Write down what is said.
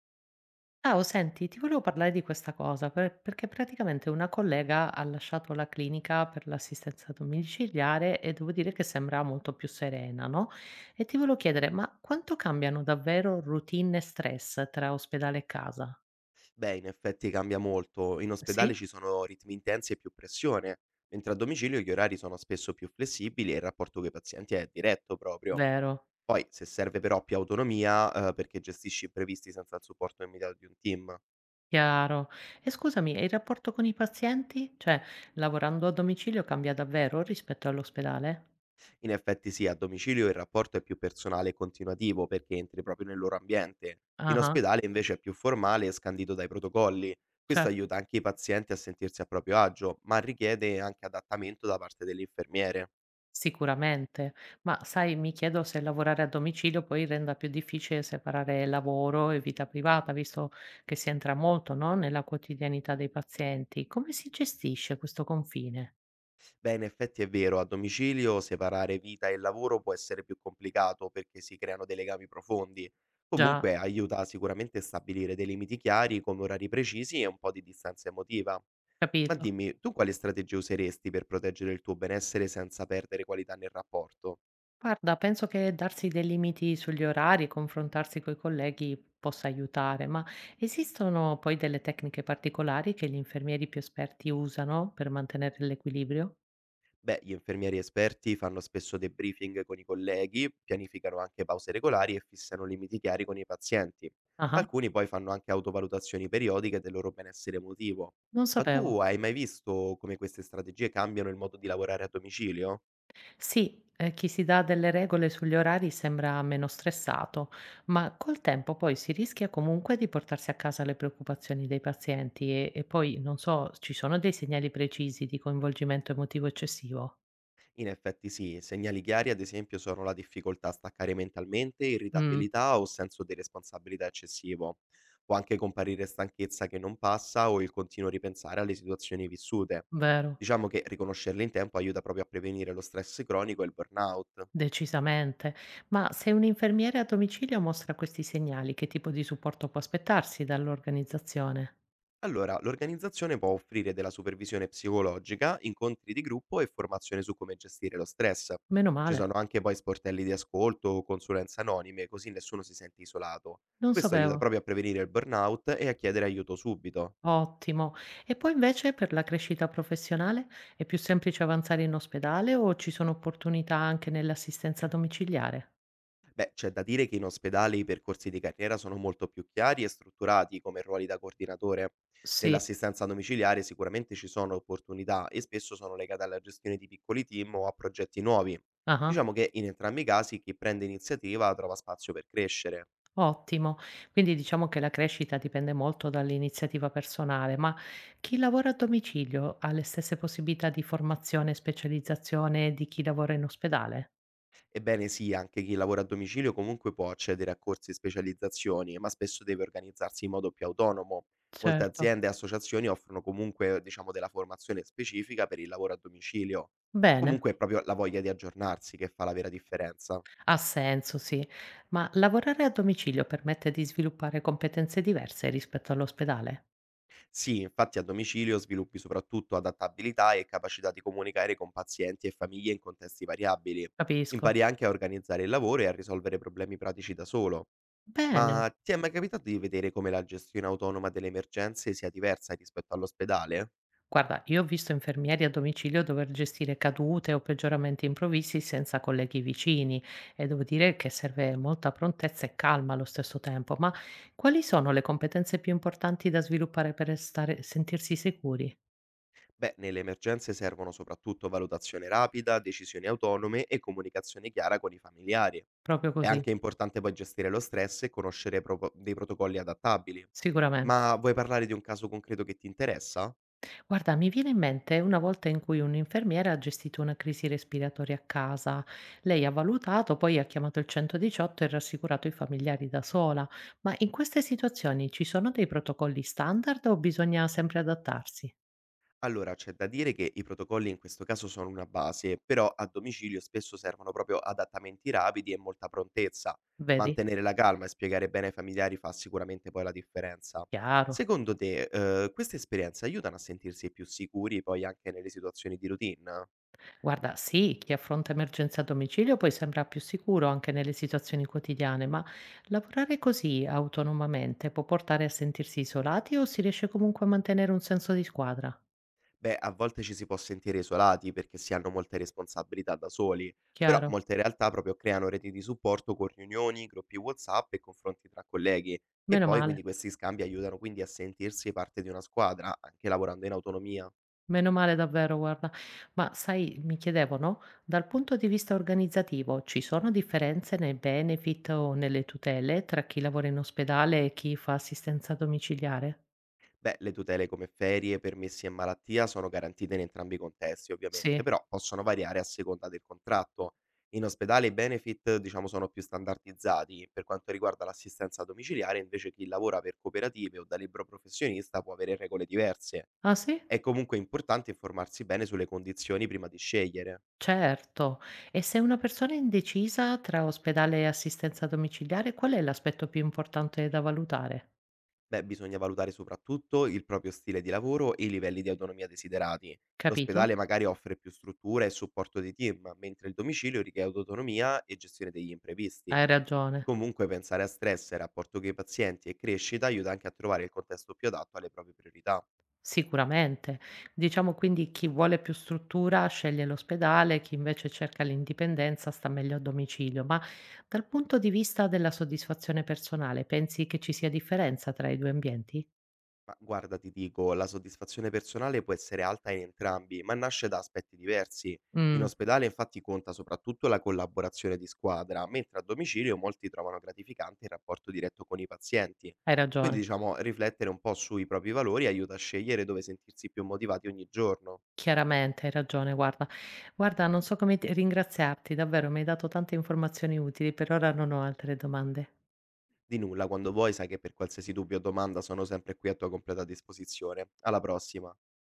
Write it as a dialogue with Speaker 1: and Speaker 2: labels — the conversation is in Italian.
Speaker 1: Ciao, senti, ti volevo parlare di questa cosa, perché praticamente una collega ha lasciato la clinica per l'assistenza domiciliare e devo dire che sembra molto più serena, no? E ti volevo chiedere, ma quanto cambiano davvero routine e stress tra ospedale e casa?
Speaker 2: Beh, in effetti cambia molto. In ospedale
Speaker 1: Sì?
Speaker 2: ci sono ritmi intensi e più pressione, mentre a domicilio gli orari sono spesso più flessibili e il rapporto con i pazienti è diretto proprio.
Speaker 1: Vero,
Speaker 2: Poi, se serve però più autonomia, perché gestisci imprevisti senza il supporto immediato di un team.
Speaker 1: chiaro. E scusami, e il rapporto con i pazienti? Cioè, lavorando a domicilio cambia davvero rispetto all'ospedale?
Speaker 2: In effetti sì, a domicilio il rapporto è più personale e continuativo perché entri proprio nel loro ambiente. In
Speaker 1: Ah,
Speaker 2: ospedale invece è più formale e scandito dai protocolli. Questo
Speaker 1: certo.
Speaker 2: aiuta anche i pazienti a sentirsi a proprio agio, ma richiede anche adattamento da parte delle infermiere.
Speaker 1: Sicuramente, ma sai, mi chiedo se lavorare a domicilio poi renda più difficile separare lavoro e vita privata, visto che si entra molto, no, nella quotidianità dei pazienti. Come si gestisce questo confine?
Speaker 2: Beh, in effetti è vero, a domicilio separare vita e lavoro può essere più complicato perché si creano dei legami profondi.
Speaker 1: Già,
Speaker 2: Comunque aiuta sicuramente a stabilire dei limiti chiari, come orari precisi e un po' di distanza emotiva. Ma
Speaker 1: capito.
Speaker 2: dimmi, tu quali strategie useresti per proteggere il tuo benessere senza perdere qualità nel rapporto?
Speaker 1: Guarda, penso che darsi dei limiti sugli orari e confrontarsi coi colleghi possa aiutare, ma esistono poi delle tecniche particolari che gli infermieri più esperti usano per mantenere l'equilibrio?
Speaker 2: Beh, gli infermieri esperti fanno spesso debriefing con i colleghi, pianificano anche pause regolari e fissano limiti chiari con i pazienti.
Speaker 1: Ah,
Speaker 2: Alcuni poi fanno anche autovalutazioni periodiche del loro benessere emotivo.
Speaker 1: non
Speaker 2: Ma
Speaker 1: sapevo.
Speaker 2: tu hai mai visto come queste strategie cambiano il modo di lavorare a domicilio?
Speaker 1: Sì, chi si dà delle regole sugli orari sembra meno stressato, ma col tempo poi si rischia comunque di portarsi a casa le preoccupazioni dei pazienti e poi, non so, ci sono dei segnali precisi di coinvolgimento emotivo eccessivo?
Speaker 2: In effetti sì, segnali chiari ad esempio sono la difficoltà a staccare mentalmente,
Speaker 1: Mm,
Speaker 2: irritabilità o senso di responsabilità eccessivo. Può anche comparire stanchezza che non passa o il continuo ripensare alle situazioni vissute.
Speaker 1: vero,
Speaker 2: Diciamo che riconoscerle in tempo aiuta proprio a prevenire lo stress cronico e il burnout.
Speaker 1: decisamente. Ma se un infermiere a domicilio mostra questi segnali, che tipo di supporto può aspettarsi dall'organizzazione?
Speaker 2: Allora, l'organizzazione può offrire della supervisione psicologica, incontri di gruppo e formazione su come gestire lo stress.
Speaker 1: Meno
Speaker 2: Ci
Speaker 1: male,
Speaker 2: sono anche poi sportelli di ascolto o consulenze anonime, così nessuno si sente isolato.
Speaker 1: non
Speaker 2: Questo aiuta
Speaker 1: sapevo.
Speaker 2: proprio a prevenire il burnout e a chiedere aiuto subito.
Speaker 1: Ottimo. E poi invece per la crescita professionale è più semplice avanzare in ospedale o ci sono opportunità anche nell'assistenza domiciliare?
Speaker 2: Beh, c'è da dire che in ospedale i percorsi di carriera sono molto più chiari e strutturati come ruoli da coordinatore.
Speaker 1: Sì.
Speaker 2: Nell'assistenza domiciliare sicuramente ci sono opportunità e spesso sono legate alla gestione di piccoli team o a progetti nuovi.
Speaker 1: Ah-ah.
Speaker 2: Diciamo che in entrambi i casi chi prende iniziativa trova spazio per crescere.
Speaker 1: Ottimo. Quindi diciamo che la crescita dipende molto dall'iniziativa personale, ma chi lavora a domicilio ha le stesse possibilità di formazione e specializzazione di chi lavora in ospedale?
Speaker 2: Ebbene sì, anche chi lavora a domicilio comunque può accedere a corsi e specializzazioni, ma spesso deve organizzarsi in modo più autonomo. Molte
Speaker 1: Certo.
Speaker 2: aziende e associazioni offrono comunque, diciamo, della formazione specifica per il lavoro a domicilio.
Speaker 1: Bene.
Speaker 2: Comunque è proprio la voglia di aggiornarsi che fa la vera differenza.
Speaker 1: Ha senso, sì. Ma lavorare a domicilio permette di sviluppare competenze diverse rispetto all'ospedale?
Speaker 2: Sì, infatti a domicilio sviluppi soprattutto adattabilità e capacità di comunicare con pazienti e famiglie in contesti variabili.
Speaker 1: Capisco.
Speaker 2: Impari anche a organizzare il lavoro e a risolvere problemi pratici da solo.
Speaker 1: Bene.
Speaker 2: Ma ti è mai capitato di vedere come la gestione autonoma delle emergenze sia diversa rispetto all'ospedale?
Speaker 1: Guarda, io ho visto infermieri a domicilio dover gestire cadute o peggioramenti improvvisi senza colleghi vicini e devo dire che serve molta prontezza e calma allo stesso tempo, ma quali sono le competenze più importanti da sviluppare per stare, sentirsi sicuri?
Speaker 2: Beh, nelle emergenze servono soprattutto valutazione rapida, decisioni autonome e comunicazione chiara con i familiari.
Speaker 1: Proprio
Speaker 2: È
Speaker 1: così,
Speaker 2: anche importante poi gestire lo stress e conoscere dei protocolli adattabili.
Speaker 1: sicuramente.
Speaker 2: Ma vuoi parlare di un caso concreto che ti interessa?
Speaker 1: Guarda, mi viene in mente una volta in cui un'infermiera ha gestito una crisi respiratoria a casa. Lei ha valutato, poi ha chiamato il 118 e rassicurato i familiari da sola. Ma in queste situazioni ci sono dei protocolli standard o bisogna sempre adattarsi?
Speaker 2: Allora, c'è da dire che i protocolli in questo caso sono una base, però a domicilio spesso servono proprio adattamenti rapidi e molta prontezza.
Speaker 1: Vedi?
Speaker 2: Mantenere la calma e spiegare bene ai familiari fa sicuramente poi la differenza.
Speaker 1: Chiaro.
Speaker 2: Secondo te, queste esperienze aiutano a sentirsi più sicuri poi anche nelle situazioni di routine?
Speaker 1: Guarda, sì, chi affronta emergenze a domicilio poi sembra più sicuro anche nelle situazioni quotidiane, ma lavorare così autonomamente può portare a sentirsi isolati o si riesce comunque a mantenere un senso di squadra?
Speaker 2: Beh, a volte ci si può sentire isolati perché si hanno molte responsabilità da soli, però
Speaker 1: Chiaro.
Speaker 2: molte realtà proprio creano reti di supporto con riunioni, gruppi WhatsApp e confronti tra colleghi. E
Speaker 1: Meno
Speaker 2: poi
Speaker 1: male.
Speaker 2: quindi questi scambi aiutano quindi a sentirsi parte di una squadra, anche lavorando in autonomia.
Speaker 1: Meno male davvero, guarda. Ma sai, mi chiedevo, no, dal punto di vista organizzativo ci sono differenze nei benefit o nelle tutele tra chi lavora in ospedale e chi fa assistenza domiciliare?
Speaker 2: Beh, le tutele come ferie, permessi e malattia sono garantite in entrambi i contesti,
Speaker 1: Sì.
Speaker 2: ovviamente, però possono variare a seconda del contratto. In ospedale i benefit, diciamo, sono più standardizzati. Per quanto riguarda l'assistenza domiciliare, invece chi lavora per cooperative o da libero professionista può avere regole diverse.
Speaker 1: Ah sì?
Speaker 2: È comunque importante informarsi bene sulle condizioni prima di scegliere.
Speaker 1: Certo. E se una persona è indecisa tra ospedale e assistenza domiciliare, qual è l'aspetto più importante da valutare?
Speaker 2: Beh, bisogna valutare soprattutto il proprio stile di lavoro e i livelli di autonomia desiderati.
Speaker 1: Capito?
Speaker 2: L'ospedale magari offre più struttura e supporto dei team, mentre il domicilio richiede autonomia e gestione degli imprevisti.
Speaker 1: Hai ragione.
Speaker 2: Comunque pensare a stress, rapporto con i pazienti e crescita aiuta anche a trovare il contesto più adatto alle proprie priorità.
Speaker 1: Sicuramente. Diciamo quindi chi vuole più struttura sceglie l'ospedale, chi invece cerca l'indipendenza sta meglio a domicilio, ma dal punto di vista della soddisfazione personale, pensi che ci sia differenza tra i due ambienti?
Speaker 2: Ma guarda, ti dico, la soddisfazione personale può essere alta in entrambi, ma nasce da aspetti diversi. In
Speaker 1: Mh,
Speaker 2: ospedale infatti conta soprattutto la collaborazione di squadra, mentre a domicilio molti trovano gratificante il rapporto diretto con i pazienti.
Speaker 1: hai
Speaker 2: Quindi
Speaker 1: ragione.
Speaker 2: diciamo, riflettere un po' sui propri valori aiuta a scegliere dove sentirsi più motivati ogni giorno.
Speaker 1: Chiaramente hai ragione, guarda. Guarda, non so come ti ringraziarti, davvero mi hai dato tante informazioni utili, per ora non ho altre domande.
Speaker 2: Di nulla, quando vuoi, sai che per qualsiasi dubbio o domanda sono sempre qui a tua completa disposizione. Alla prossima!